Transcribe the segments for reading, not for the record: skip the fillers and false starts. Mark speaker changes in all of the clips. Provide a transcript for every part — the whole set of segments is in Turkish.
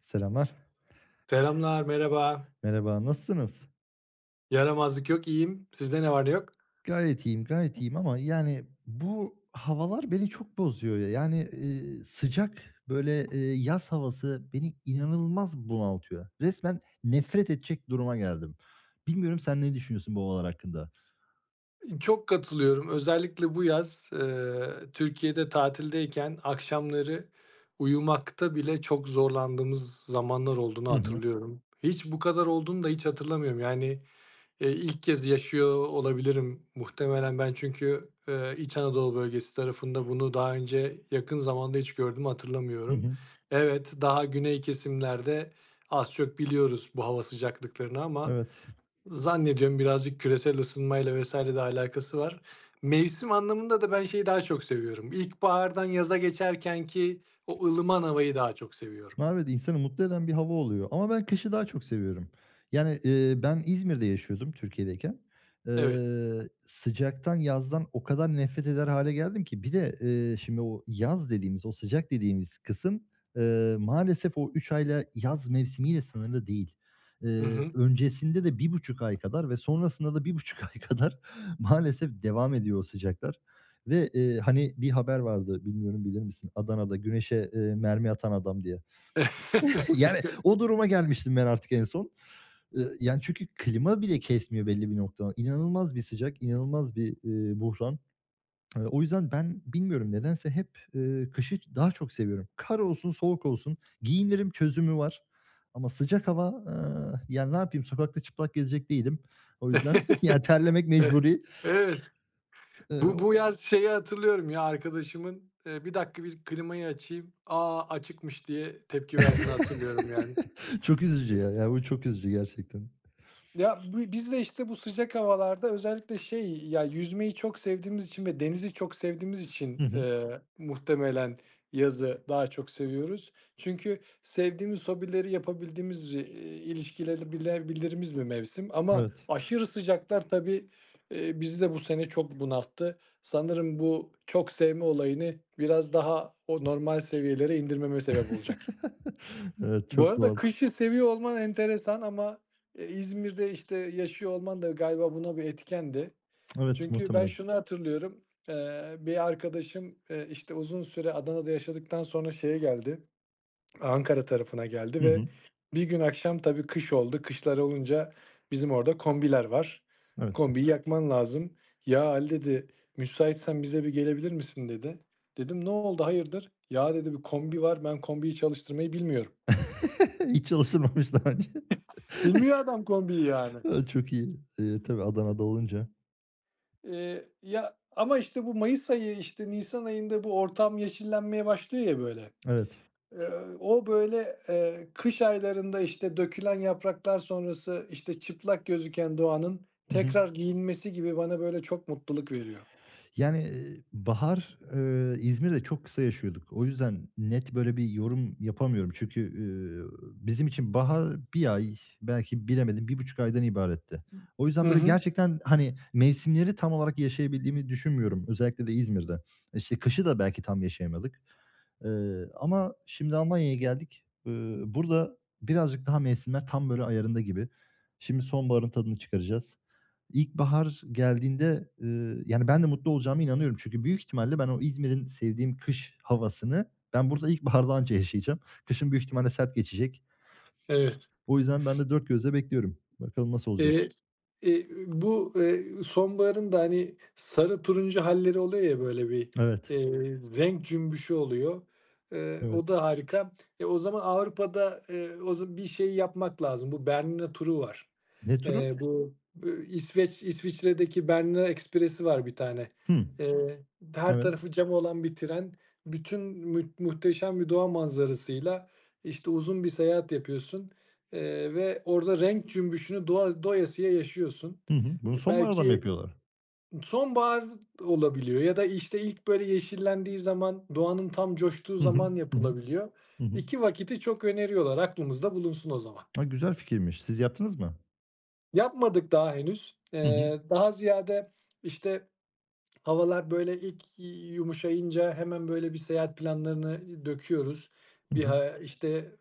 Speaker 1: Selamlar.
Speaker 2: Selamlar, merhaba.
Speaker 1: Merhaba, nasılsınız?
Speaker 2: Yaramazlık yok, iyiyim. Sizde ne var ne yok?
Speaker 1: Gayet iyiyim, gayet iyiyim ama yani bu havalar beni çok bozuyor ya. Yani, sıcak, böyle, yaz havası beni inanılmaz bunaltıyor. Resmen nefret edecek duruma geldim. Bilmiyorum sen ne düşünüyorsun bu havalar hakkında?
Speaker 2: Çok katılıyorum. Özellikle bu yaz, Türkiye'de tatildeyken akşamları uyumakta bile çok zorlandığımız zamanlar olduğunu
Speaker 1: Hı hı.
Speaker 2: hatırlıyorum. Hiç bu kadar olduğunu da hiç hatırlamıyorum. Yani ilk kez yaşıyor olabilirim muhtemelen ben çünkü, İç Anadolu bölgesi tarafında bunu daha önce yakın zamanda hiç gördüm,
Speaker 1: Hı
Speaker 2: hatırlamıyorum.
Speaker 1: hı.
Speaker 2: Evet, daha güney kesimlerde az çok biliyoruz bu hava sıcaklıklarını ama
Speaker 1: Evet.
Speaker 2: zannediyorum birazcık küresel ısınmayla vesaire de alakası var. Mevsim anlamında da ben şeyi daha çok seviyorum. İlkbahardan yaza geçerkenki o ılıman havayı daha çok seviyorum.
Speaker 1: Evet, insanı mutlu eden bir hava oluyor ama ben kışı daha çok seviyorum. Yani, ben İzmir'de yaşıyordum Türkiye'deyken.
Speaker 2: Evet.
Speaker 1: Sıcaktan, yazdan o kadar nefret eder hale geldim ki bir de, şimdi o yaz dediğimiz, o sıcak dediğimiz kısım, maalesef o 3 ayla yaz mevsimiyle sınırlı değil.
Speaker 2: Hı
Speaker 1: Eee,
Speaker 2: hı.
Speaker 1: öncesinde de bir buçuk ay kadar ve sonrasında da bir buçuk ay kadar maalesef devam ediyor o sıcaklar ve, hani, bir haber vardı, bilmiyorum bilir misin? Adana'da güneşe, mermi atan adam diye.
Speaker 2: Evet,
Speaker 1: Yani
Speaker 2: biliyorum.
Speaker 1: o duruma gelmiştim ben artık en son. Yani çünkü klima bile kesmiyor belli bir noktadan. İnanılmaz bir sıcak, inanılmaz bir, buhran. O yüzden ben bilmiyorum nedense hep, kışı daha çok seviyorum. Kar olsun, soğuk olsun, giyinirim çözümü var. Ama sıcak hava, yani ne yapayım sokakta çıplak gezecek değilim. O yüzden yani terlemek
Speaker 2: Evet.
Speaker 1: mecburi.
Speaker 2: Evet. Bu
Speaker 1: O
Speaker 2: yaz şeyi hatırlıyorum ya arkadaşımın, "1 dakika bir klimayı açayım. Aa Açıkmış." diye tepki verdiğini hatırlıyorum yani.
Speaker 1: Çok üzücü ya. Ya, bu çok üzücü gerçekten.
Speaker 2: Ya, biz de, işte, bu sıcak havalarda özellikle şey, ya, yüzmeyi çok sevdiğimiz için ve denizi çok sevdiğimiz için,
Speaker 1: Hı hı.
Speaker 2: muhtemelen yazı daha çok seviyoruz. Çünkü sevdiğimiz hobileri yapabildiğimiz, ilişkileri bilebildiğimiz bir mevsim ama
Speaker 1: Evet.
Speaker 2: aşırı sıcaklar tabii, bizi de bu sene çok bunalttı. Sanırım bu çok sevme olayını biraz daha o normal seviyelere indirmeme sebep olacak.
Speaker 1: Evet,
Speaker 2: Bu
Speaker 1: çok
Speaker 2: arada
Speaker 1: doğal.
Speaker 2: kışı seviyor olman enteresan ama, İzmir'de, işte, yaşıyor olman da galiba buna bir etkendi.
Speaker 1: Evet,
Speaker 2: Çünkü ben
Speaker 1: muhtemelen.
Speaker 2: şunu hatırlıyorum, bir arkadaşım, işte, uzun süre Adana'da yaşadıktan sonra şeye geldi, Ankara tarafına geldi
Speaker 1: Hı
Speaker 2: ve
Speaker 1: hı.
Speaker 2: bir gün akşam tabii kış oldu. Kışlar olunca bizim orada kombiler var.
Speaker 1: Evet.
Speaker 2: Kombiyi yakman lazım. "Ya, Ali" dedi, "müsaitsen bize bir gelebilir misin?" dedi. Dedim, "Ne oldu, hayırdır?" "Ya" dedi, "Bir kombi var, ben kombiyi çalıştırmayı bilmiyorum."
Speaker 1: Hiç çalışılmamış daha önce.
Speaker 2: Bilmiyor adam kombiyi yani.
Speaker 1: Çok iyi. Tabii Adana'da olunca.
Speaker 2: Ya ama işte bu mayıs ayı, işte nisan ayında bu ortam yeşillenmeye başlıyor ya böyle.
Speaker 1: Evet.
Speaker 2: O böyle, kış aylarında işte dökülen yapraklar sonrası işte çıplak gözüken doğanın
Speaker 1: Hı hı.
Speaker 2: tekrar giyinmesi gibi bana böyle çok mutluluk veriyor.
Speaker 1: Yani, bahar, İzmir'de çok kısa yaşıyorduk. O yüzden net böyle bir yorum yapamıyorum. Çünkü, bizim için bahar bir ay, belki bilemedim bir buçuk aydan ibaretti. O yüzden
Speaker 2: Hı
Speaker 1: böyle
Speaker 2: hı,
Speaker 1: gerçekten, hani, mevsimleri tam olarak yaşayabildiğimi düşünmüyorum. Özellikle de İzmir'de. İşte, kışı da belki tam yaşayamadık. Ama şimdi Almanya'ya geldik. Burada birazcık daha mevsimler tam böyle ayarında gibi. Şimdi sonbaharın tadını çıkaracağız. İlkbahar geldiğinde, yani, ben de mutlu olacağıma inanıyorum. Çünkü büyük ihtimalle ben o İzmir'in sevdiğim kış havasını ben burada ilkbaharda anca yaşayacağım. Kışın büyük ihtimalle sert geçecek.
Speaker 2: evet.
Speaker 1: O yüzden ben de dört gözle bekliyorum. Bakalım nasıl olacak?
Speaker 2: Eee Bu sonbaharın da, hani, sarı turuncu halleri oluyor ya, böyle bir
Speaker 1: Evet,
Speaker 2: eee, renk cümbüşü oluyor. O
Speaker 1: evet.
Speaker 2: da harika. O zaman Avrupa'da, o za bir şey yapmak lazım. Bu Bernina turu var.
Speaker 1: Ne turu?
Speaker 2: Bu, İsveç İsviçre'deki Bernina Ekspresi var bir tane.
Speaker 1: Hımm,
Speaker 2: Eee, Her
Speaker 1: evet.
Speaker 2: tarafı cam olan bir tren. Bütün mü Muhteşem bir doğa manzarasıyla, işte, uzun bir seyahat yapıyorsun. Ve orada renk cümbüşünü doğa doyasıya yaşıyorsun.
Speaker 1: Hı hı. Bunu sonbaharda mı
Speaker 2: Belki
Speaker 1: yapıyorlar?
Speaker 2: sonbahar olabiliyor ya da, işte, ilk böyle yeşillendiği zaman, doğanın tam coştuğu
Speaker 1: Hı hı.
Speaker 2: zaman
Speaker 1: Hı hı.
Speaker 2: yapılabiliyor.
Speaker 1: Hı hı.
Speaker 2: 2 vakiti çok öneriyorlar. Aklımızda bulunsun o zaman.
Speaker 1: A, güzel fikirmiş. Siz yaptınız mı?
Speaker 2: Yapmadık daha henüz.
Speaker 1: Hı hı.
Speaker 2: Daha ziyade, işte, havalar böyle ilk yumuşayınca hemen böyle bir seyahat planlarını döküyoruz.
Speaker 1: Hı
Speaker 2: Bir
Speaker 1: hı.
Speaker 2: ha işte,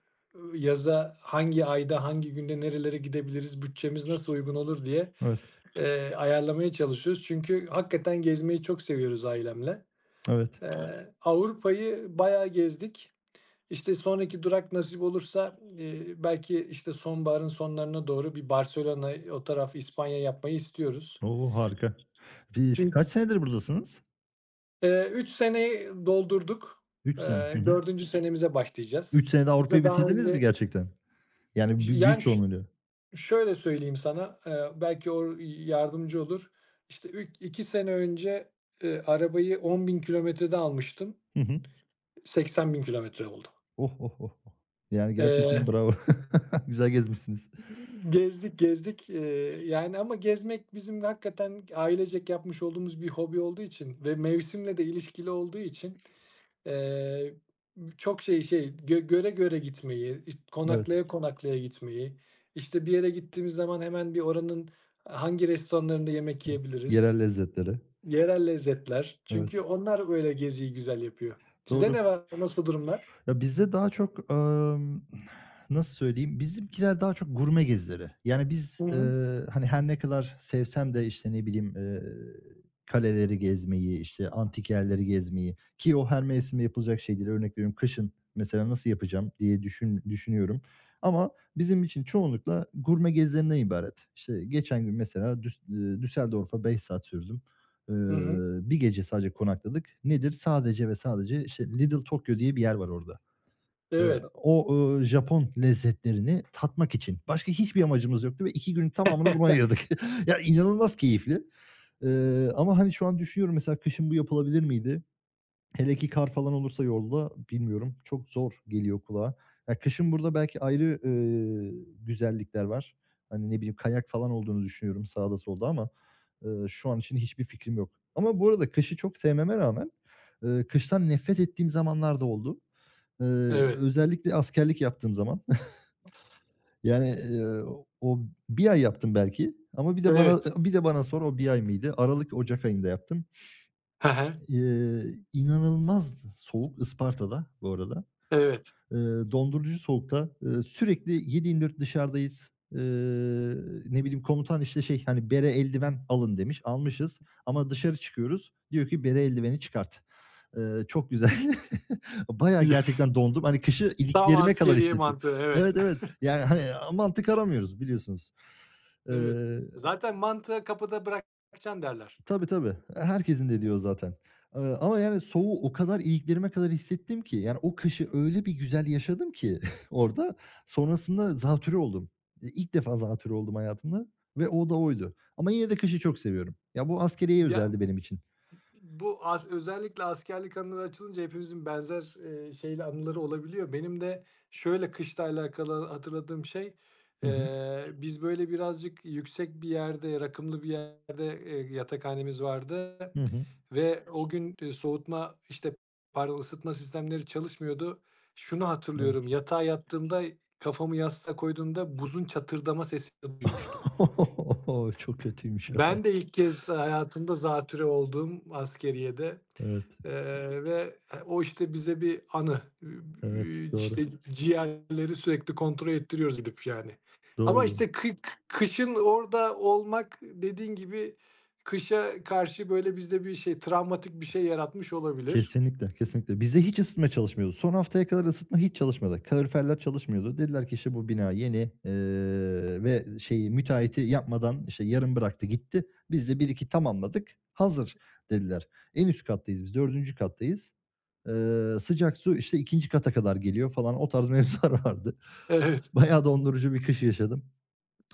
Speaker 2: yaza hangi ayda, hangi günde nerelere gidebiliriz, bütçemiz nasıl uygun olur diye
Speaker 1: Evet,
Speaker 2: ayarlamaya çalışıyoruz. Çünkü hakikaten gezmeyi çok seviyoruz ailemle.
Speaker 1: evet.
Speaker 2: Evet. Avrupa'yı bayağı gezdik. İşte sonraki durak nasip olursa belki işte sonbaharın sonlarına doğru bir Barcelona, o taraf İspanya yapmayı istiyoruz.
Speaker 1: O, harika. Biz
Speaker 2: Çünkü
Speaker 1: kaç senedir buradasınız?
Speaker 2: 3 seneyi doldurduk.
Speaker 1: Üç sene. Hı hı.
Speaker 2: Dördüncü senemize başlayacağız.
Speaker 1: 3 senede
Speaker 2: Biz de
Speaker 1: Avrupa'yı
Speaker 2: daha
Speaker 1: bitirdiniz mi
Speaker 2: önce
Speaker 1: gerçekten? Yani büyük
Speaker 2: yani
Speaker 1: çoğunluğuyla.
Speaker 2: şöyle söyleyeyim sana, belki o yardımcı olur. İşte, ilk 2 sene önce, arabayı 10.000 kilometrede almıştım.
Speaker 1: Hı hı.
Speaker 2: 80.000 kilometre oldu.
Speaker 1: Oh, oh, oh, oh. Yani gerçekten
Speaker 2: Eee,
Speaker 1: bravo. Güzel gezmişsiniz.
Speaker 2: Tamam, gezdik, gezdik, yani ama gezmek bizim hakikaten ailecek yapmış olduğumuz bir hobi olduğu için ve mevsimle de ilişkili olduğu için, eee, çok şey, göre göre gitmeyi,
Speaker 1: Evet.
Speaker 2: konaklaya konaklaya gitmeyi, işte, bir yere gittiğimiz zaman hemen bir oranın hangi restoranlarında yemek
Speaker 1: Yerel
Speaker 2: yiyebiliriz?
Speaker 1: lezzetleri.
Speaker 2: Yerel lezzetler. Çünkü
Speaker 1: Evet.
Speaker 2: onlar öyle geziyi güzel yapıyor. Sizde
Speaker 1: Doğru.
Speaker 2: ne var? Nasıl durumlar?
Speaker 1: Ya, bizde daha çok, nasıl söyleyeyim, bizimkiler daha çok gurme gezileri. Yani, biz,
Speaker 2: Hı hı.
Speaker 1: hani, her ne kadar sevsem de, işte, ne bileyim, kaleleri gezmeyi, işte, antik yerleri gezmeyi ki o her mevsimde yapılacak şey değil. Örnek veriyorum, kışın mesela nasıl yapacağım diye düşünüyorum ama bizim için çoğunlukla gurme gezilerinden ibaret. İşte, geçen gün mesela Düsseldorf'a 5 saat sürdüm. Eee,
Speaker 2: Hı hı.
Speaker 1: bir gece sadece konakladık. Nedir? Sadece ve sadece, işte, Lidl Tokyo diye bir yer var orada. Eee,
Speaker 2: Evet,
Speaker 1: o, Japon lezzetlerini tatmak için. Başka hiçbir amacımız yoktu ve 2 günün tamamını buna ayırdık. Ya, inanılmaz keyifli. Ama, hani, şu an düşünüyorum mesela kışın bu yapılabilir miydi? Hele ki kar falan olursa yolda bilmiyorum. Çok zor geliyor kulağa. Ya, kışın burada belki ayrı, güzellikler var. Hani, ne bileyim kayak falan olduğunu düşünüyorum sağda solda ama, şu an için hiçbir fikrim yok. Ama bu arada kışı çok sevmeme rağmen, kıştan nefret ettiğim zamanlar da oldu. Eee,
Speaker 2: evet,
Speaker 1: özellikle askerlik yaptığım zaman yani, o bir ay yaptım belki ama bir de bana,
Speaker 2: evet.
Speaker 1: bir de bana sor o bir ay mıydı? Aralık, ocak ayında yaptım.
Speaker 2: He he.
Speaker 1: Eee, inanılmaz soğuk Isparta'da bu arada.
Speaker 2: Evet.
Speaker 1: Eee, dondurucu soğukta, sürekli 7/24 dışarıdayız. Ne bileyim komutan işte şey, hani, "Bere, eldiven alın." demiş. Almışız ama dışarı çıkıyoruz. Diyor ki, "Bere, eldiveni çıkart." Çok güzel. Bayağı gerçekten dondum. Hani kışı
Speaker 2: Tam
Speaker 1: iliklerime kadar
Speaker 2: askeriye
Speaker 1: hissettim.
Speaker 2: mantığı, evet.
Speaker 1: Evet, evet. Yani, hani, mantık aramıyoruz biliyorsunuz.
Speaker 2: Evet.
Speaker 1: Eee,
Speaker 2: Zaten mantığı kapıda bırakacaksın derler.
Speaker 1: tabii, tabii. Herkesin dediği o zaten. Ama yani soğuğu o kadar iliklerime kadar hissettim ki, yani o kışı öyle bir güzel yaşadım ki orada, sonrasında zatürre oldum. İ ilk defa zatürre oldum hayatımda ve o da oydu. Ama yine de kışı çok seviyorum. Ya, bu askeriyeye
Speaker 2: Ya,
Speaker 1: özeldi benim için.
Speaker 2: Bu as özellikle askerlik anıları açılınca hepimizin benzer, şeyle anıları olabiliyor. Benim de şöyle kışla alakalı hatırladığım şey,
Speaker 1: Hı hı.
Speaker 2: biz böyle birazcık yüksek bir yerde, rakımlı bir yerde, yatakhanemiz vardı
Speaker 1: Hı hı.
Speaker 2: ve o gün, soğutma, işte, pardon, ısıtma sistemleri çalışmıyordu. Şunu hatırlıyorum,
Speaker 1: Evet.
Speaker 2: yatağa yattığımda, kafamı yastığa koyduğumda buzun çatırdama sesi duymuştum.
Speaker 1: Çok kötüymüş.
Speaker 2: Ben de ilk kez hayatımda zatürre olduğum askeriyede,
Speaker 1: Evet,
Speaker 2: ve, o, işte, bize bir anı.
Speaker 1: evet. Doğru.
Speaker 2: İşte, ciğerleri sürekli kontrol ettiriyoruz gidip, yani. Ama,
Speaker 1: Doğru, doğru.
Speaker 2: işte, kışın orada olmak dediğin gibi kışa karşı, böyle, bizde bir şey, travmatik bir şey yaratmış olabilir.
Speaker 1: Kesinlikle, kesinlikle. Bizde hiç ısıtma çalışmıyordu. Son haftaya kadar ısıtma hiç çalışmadı. Kaloriferler çalışmıyordu. Dediler ki, işte, bu bina yeni, ve şeyi müteahhiti yapmadan, işte, yarım bıraktı gitti. Biz de 1-2 tamamladık, hazır dediler. En üst kattayız biz, dördüncü kattayız. Sıcak su, işte, ikinci kata kadar geliyor falan. O tarz mevzular vardı.
Speaker 2: Evet.
Speaker 1: Bayağı dondurucu bir kış yaşadım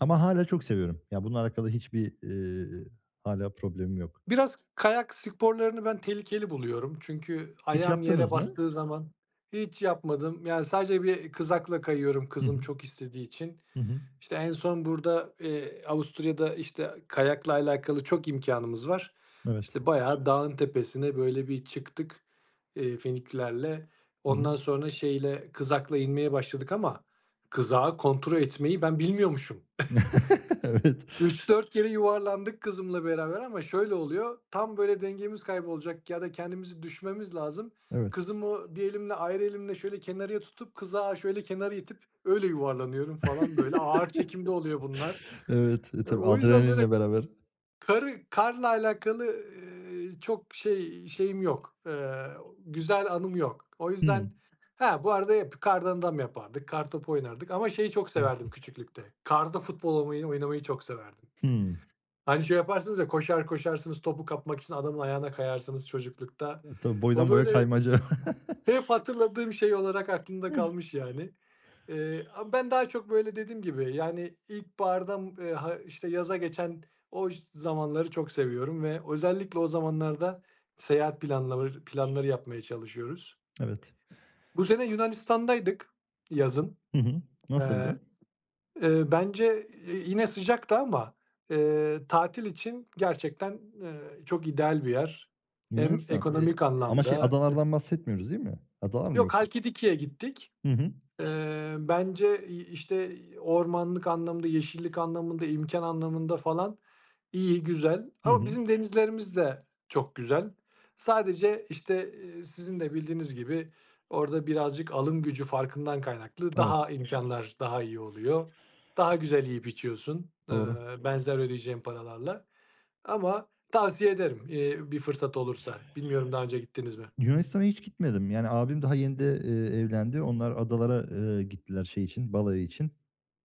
Speaker 1: ama hala çok seviyorum. Ya, bununla alakalı hiçbir, hâlâ problemim yok.
Speaker 2: Biraz kayak sporlarını ben tehlikeli buluyorum. Çünkü
Speaker 1: Hiç
Speaker 2: ayağım yere
Speaker 1: yaptınız mı?
Speaker 2: bastığı zaman hiç yapmadım. Yani sadece bir kızakla kayıyorum
Speaker 1: Hı
Speaker 2: kızım
Speaker 1: hı.
Speaker 2: çok istediği için.
Speaker 1: Hı hı.
Speaker 2: İşte en son burada, Avusturya'da, işte, kayakla alakalı çok imkânımız var.
Speaker 1: Evet.
Speaker 2: İşte, bayağı dağın tepesine böyle bir çıktık, Finiklerle.
Speaker 1: Hı hı.
Speaker 2: Ondan sonra şeyle, kızakla inmeye başladık ama kızağı kontrol etmeyi ben bilmiyormuşum.
Speaker 1: Evet,
Speaker 2: Üç dört kere yuvarlandık kızımla beraber ama şöyle oluyor. Tam böyle dengemiz kaybolacak ya da kendimizi düşmemiz lazım.
Speaker 1: evet,
Speaker 2: Kızımı bir elimle ayrı elimle şöyle kenarıya tutup kıza şöyle kenara itip öyle yuvarlanıyorum falan böyle. Ağır çekimde oluyor bunlar.
Speaker 1: evet. E, tabii
Speaker 2: O yüzden böyle
Speaker 1: adrenalinle beraber.
Speaker 2: karla alakalı, çok şeyim yok. Güzel anım yok. O yüzden
Speaker 1: Hımm.
Speaker 2: ha bu arada hep kardan adam yapardık. Kartopu oynardık ama şeyi çok
Speaker 1: Evet.
Speaker 2: severdim küçüklükte. Karda futbol oynamayı oynamayı çok severdim.
Speaker 1: Hımm.
Speaker 2: Hani şey yaparsınız ya koşar koşarsınız topu kapmak için adamın ayağına kayarsınız çocuklukta.
Speaker 1: E, tabii
Speaker 2: O
Speaker 1: boydan boya
Speaker 2: böyle
Speaker 1: kaymaca.
Speaker 2: hep hatırladığım şey olarak aklımda kalmış yani. Ama ben daha çok böyle dediğim gibi yani ilkbaharda, ha işte yaza geçen o zamanları çok seviyorum ve özellikle o zamanlarda seyahat planları yapmaya çalışıyoruz.
Speaker 1: Evet.
Speaker 2: Bu sene Yunanistan'daydık yazın.
Speaker 1: Hı hı. Nasıldı?
Speaker 2: Bence, yine sıcaktı ama, tatil için gerçekten, çok ideal bir yer. Hem
Speaker 1: Yunanistan. Eee,
Speaker 2: ekonomik
Speaker 1: ama şey
Speaker 2: anlamda gitmiştin?
Speaker 1: adalardan bahsetmiyoruz değil mi? Adalar mı
Speaker 2: Yok,
Speaker 1: yoksa?
Speaker 2: Halkidiki'ye gittik.
Speaker 1: Hı hı.
Speaker 2: Bence işte, ormanlık anlamında, yeşillik anlamında, imkan anlamında falan iyi, güzel
Speaker 1: Hı
Speaker 2: ama
Speaker 1: hı.
Speaker 2: bizim denizlerimiz de çok güzel. Sadece, işte, sizin de bildiğiniz gibi orada birazcık alım gücü farkından kaynaklı
Speaker 1: Evet,
Speaker 2: daha imkanlar daha iyi oluyor. Daha güzel yiyip içiyorsun,
Speaker 1: doğru.
Speaker 2: benzer ödeyeceğim paralarla ama tavsiye ederim, bir fırsat olursa. Bilmiyorum daha önce gittiniz mi?
Speaker 1: Yunanistan'a hiç gitmedim. Yani abim daha yeni de, evlendi. Onlar adalara, gittiler şey için, balayı için.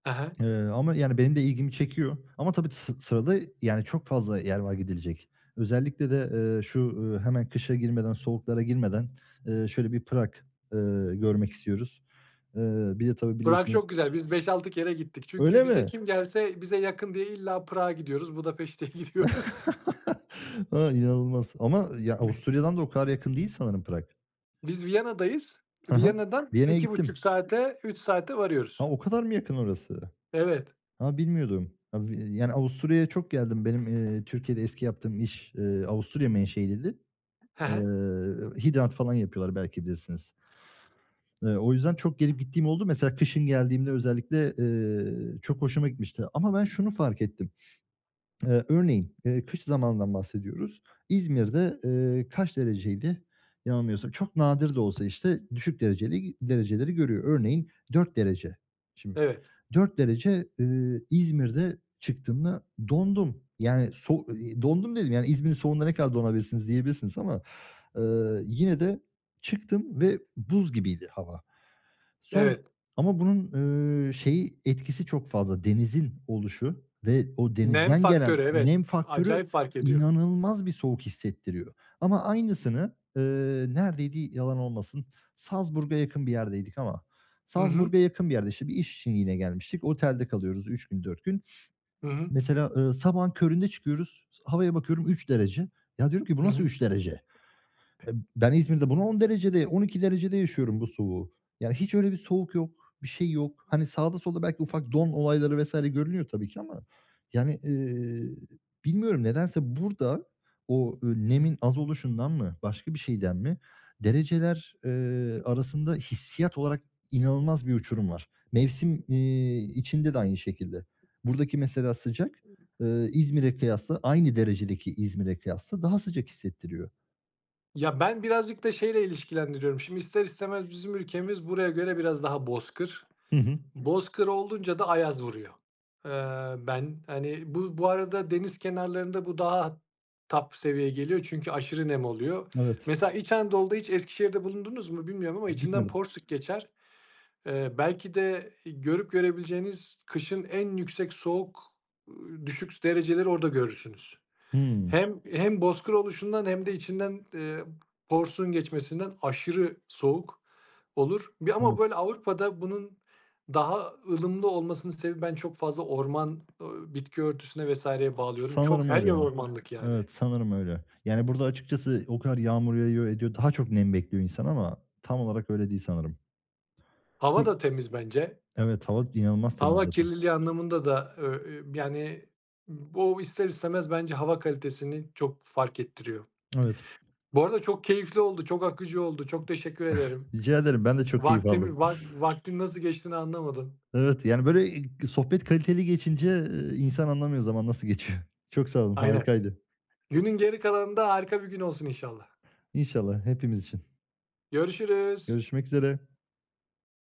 Speaker 2: He,
Speaker 1: Ama yani benim de ilgimi çekiyor ama tabii sırada yani çok fazla yer var gidilecek. Özellikle de, şu, hemen kışa girmeden, soğuklara girmeden, şöyle bir Prag, eee, görmek istiyoruz. Bir de tabii
Speaker 2: Prag çok
Speaker 1: biliyorsunuz.
Speaker 2: güzel. Biz beş-altı kere gittik. Çünkü
Speaker 1: Öyle
Speaker 2: bize
Speaker 1: mi?
Speaker 2: kim gelse bize yakın diye illa Prag'a gidiyoruz, Budapeşte'ye gidiyoruz.
Speaker 1: A, inanılmaz ama ya Avusturya'dan da o kadar yakın değil sanırım Prag.
Speaker 2: Biz Viyana'dayız.
Speaker 1: Hı hı.
Speaker 2: Viyana'dan
Speaker 1: Viyana'ya
Speaker 2: iki buçuk
Speaker 1: gittim.
Speaker 2: saate, 3 saate
Speaker 1: Ha,
Speaker 2: varıyoruz.
Speaker 1: o kadar mı yakın orası?
Speaker 2: Evet.
Speaker 1: Ha, bilmiyordum. Ya, yani Avusturya'ya çok geldim. Benim, Türkiye'de eski yaptığım iş, Avusturya menşeliydi.
Speaker 2: Hı
Speaker 1: Eee,
Speaker 2: hı.
Speaker 1: hidrat falan yapıyorlar belki bilirsiniz. O yüzden çok gelip gittiğim oldu. Mesela kışın geldiğimde özellikle, çok hoşuma gitmişti ama ben şunu fark ettim. Örneğin, kış zamanından bahsediyoruz. İzmir'de, kaç dereceydi? Yanılmıyorsam çok nadir de olsa, işte, düşük dereceli dereceleri görüyor. Örneğin 4 derece. Şimdi
Speaker 2: Evet,
Speaker 1: 4 derece, İzmir'de çıktığımda dondum. Yani dondum dedim, yani İzmir'in soğuğunda ne kadar donabilirsiniz diyebilirsiniz ama yine de çıktım ve buz gibiydi hava. Son
Speaker 2: evet.
Speaker 1: ama bunun, şeyi etkisi çok fazla, denizin oluşu ve o
Speaker 2: Nem
Speaker 1: denizden
Speaker 2: faktörü,
Speaker 1: gelen
Speaker 2: evet.
Speaker 1: nem faktörü
Speaker 2: Acayip fark ediyor.
Speaker 1: inanılmaz bir soğuk hissettiriyor. Ama aynısını, neredeydi yalan olmasın, Salzburg'a yakın bir yerdeydik ama
Speaker 2: Hı hı,
Speaker 1: Salzburg'a yakın bir yerde, işte, bir iş için yine gelmiştik. Otelde kalıyoruz 3 gün 4 gün.
Speaker 2: hı hı,
Speaker 1: Mesela, sabahın köründe çıkıyoruz, havaya bakıyorum 3 derece. Ya diyorum ki bu
Speaker 2: hı
Speaker 1: nasıl
Speaker 2: hı.
Speaker 1: 3 derece? E, ben İzmir'de bunu 10 derecede, 12 derecede yaşıyorum bu soğuğu. Yani hiç öyle bir soğuk yok, bir şey yok. Hani sağda solda belki ufak don olayları vesaire görünüyor tabii ki ama yani, bilmiyorum nedense burada o, nemin az oluşundan mı, başka bir şeyden mi dereceler, arasında hissiyat olarak inanılmaz bir uçurum var. Mevsim, içinde de aynı şekilde. Buradaki mesela sıcak, İzmir'e kıyasla aynı derecedeki İzmir'e kıyasla daha sıcak hissettiriyor.
Speaker 2: Ya, ben birazcık da şeyle ilişkilendiriyorum. Şimdi ister istemez bizim ülkemiz buraya göre biraz daha bozkır. Bozkır olunca da ayaz vuruyor. Ben, hani, bu arada deniz kenarlarında bu daha top seviye geliyor çünkü aşırı nem oluyor.
Speaker 1: Evet.
Speaker 2: Mesela İç Anadolu'da hiç Eskişehir'de bulundunuz mu bilmiyorum ama içinden
Speaker 1: Gitmedim.
Speaker 2: Porsuk geçer. Belki de görüp görebileceğiniz kışın en yüksek soğuk, düşük dereceleri orada görürsünüz.
Speaker 1: Hımm.
Speaker 2: Hem hem bozkır oluşundan hem de içinden, porsun geçmesinden aşırı soğuk olur. Bir ama
Speaker 1: Evet.
Speaker 2: böyle Avrupa'da bunun daha ılımlı olmasının sebebi ben çok fazla orman, bitki örtüsüne vs.ye bağlıyorum. Çok
Speaker 1: Sanırım
Speaker 2: her
Speaker 1: öyle
Speaker 2: yer
Speaker 1: ya.
Speaker 2: ormanlık yani.
Speaker 1: Evet, sanırım öyle. Yani, burada açıkçası o kadar yağmur yağıyor, ediyor, daha çok nem bekliyor insan ama tam olarak öyle değil sanırım.
Speaker 2: Hava
Speaker 1: İ
Speaker 2: da temiz bence.
Speaker 1: evet, hava inanılmaz temiz
Speaker 2: Hava
Speaker 1: zaten.
Speaker 2: kirliliği anlamında da, yani bu ister istemez bence hava kalitesini çok fark ettiriyor.
Speaker 1: Evet.
Speaker 2: Bu arada çok keyifli oldu, çok akıcı oldu. Çok teşekkür ederim.
Speaker 1: Rica ederim, ben de çok keyif
Speaker 2: Vaktimi
Speaker 1: aldım.
Speaker 2: vak Vaktin nasıl geçtiğini anlamadım.
Speaker 1: Evet, yani, böyle, sohbet kaliteli geçince, insan anlamıyor zaman nasıl geçiyor. Çok sağ olun,
Speaker 2: Aynen.
Speaker 1: harikaydı.
Speaker 2: Günün geri kalanında harika bir gün olsun inşallah.
Speaker 1: İnşallah hepimiz için.
Speaker 2: Görüşürüz.
Speaker 1: Görüşmek üzere.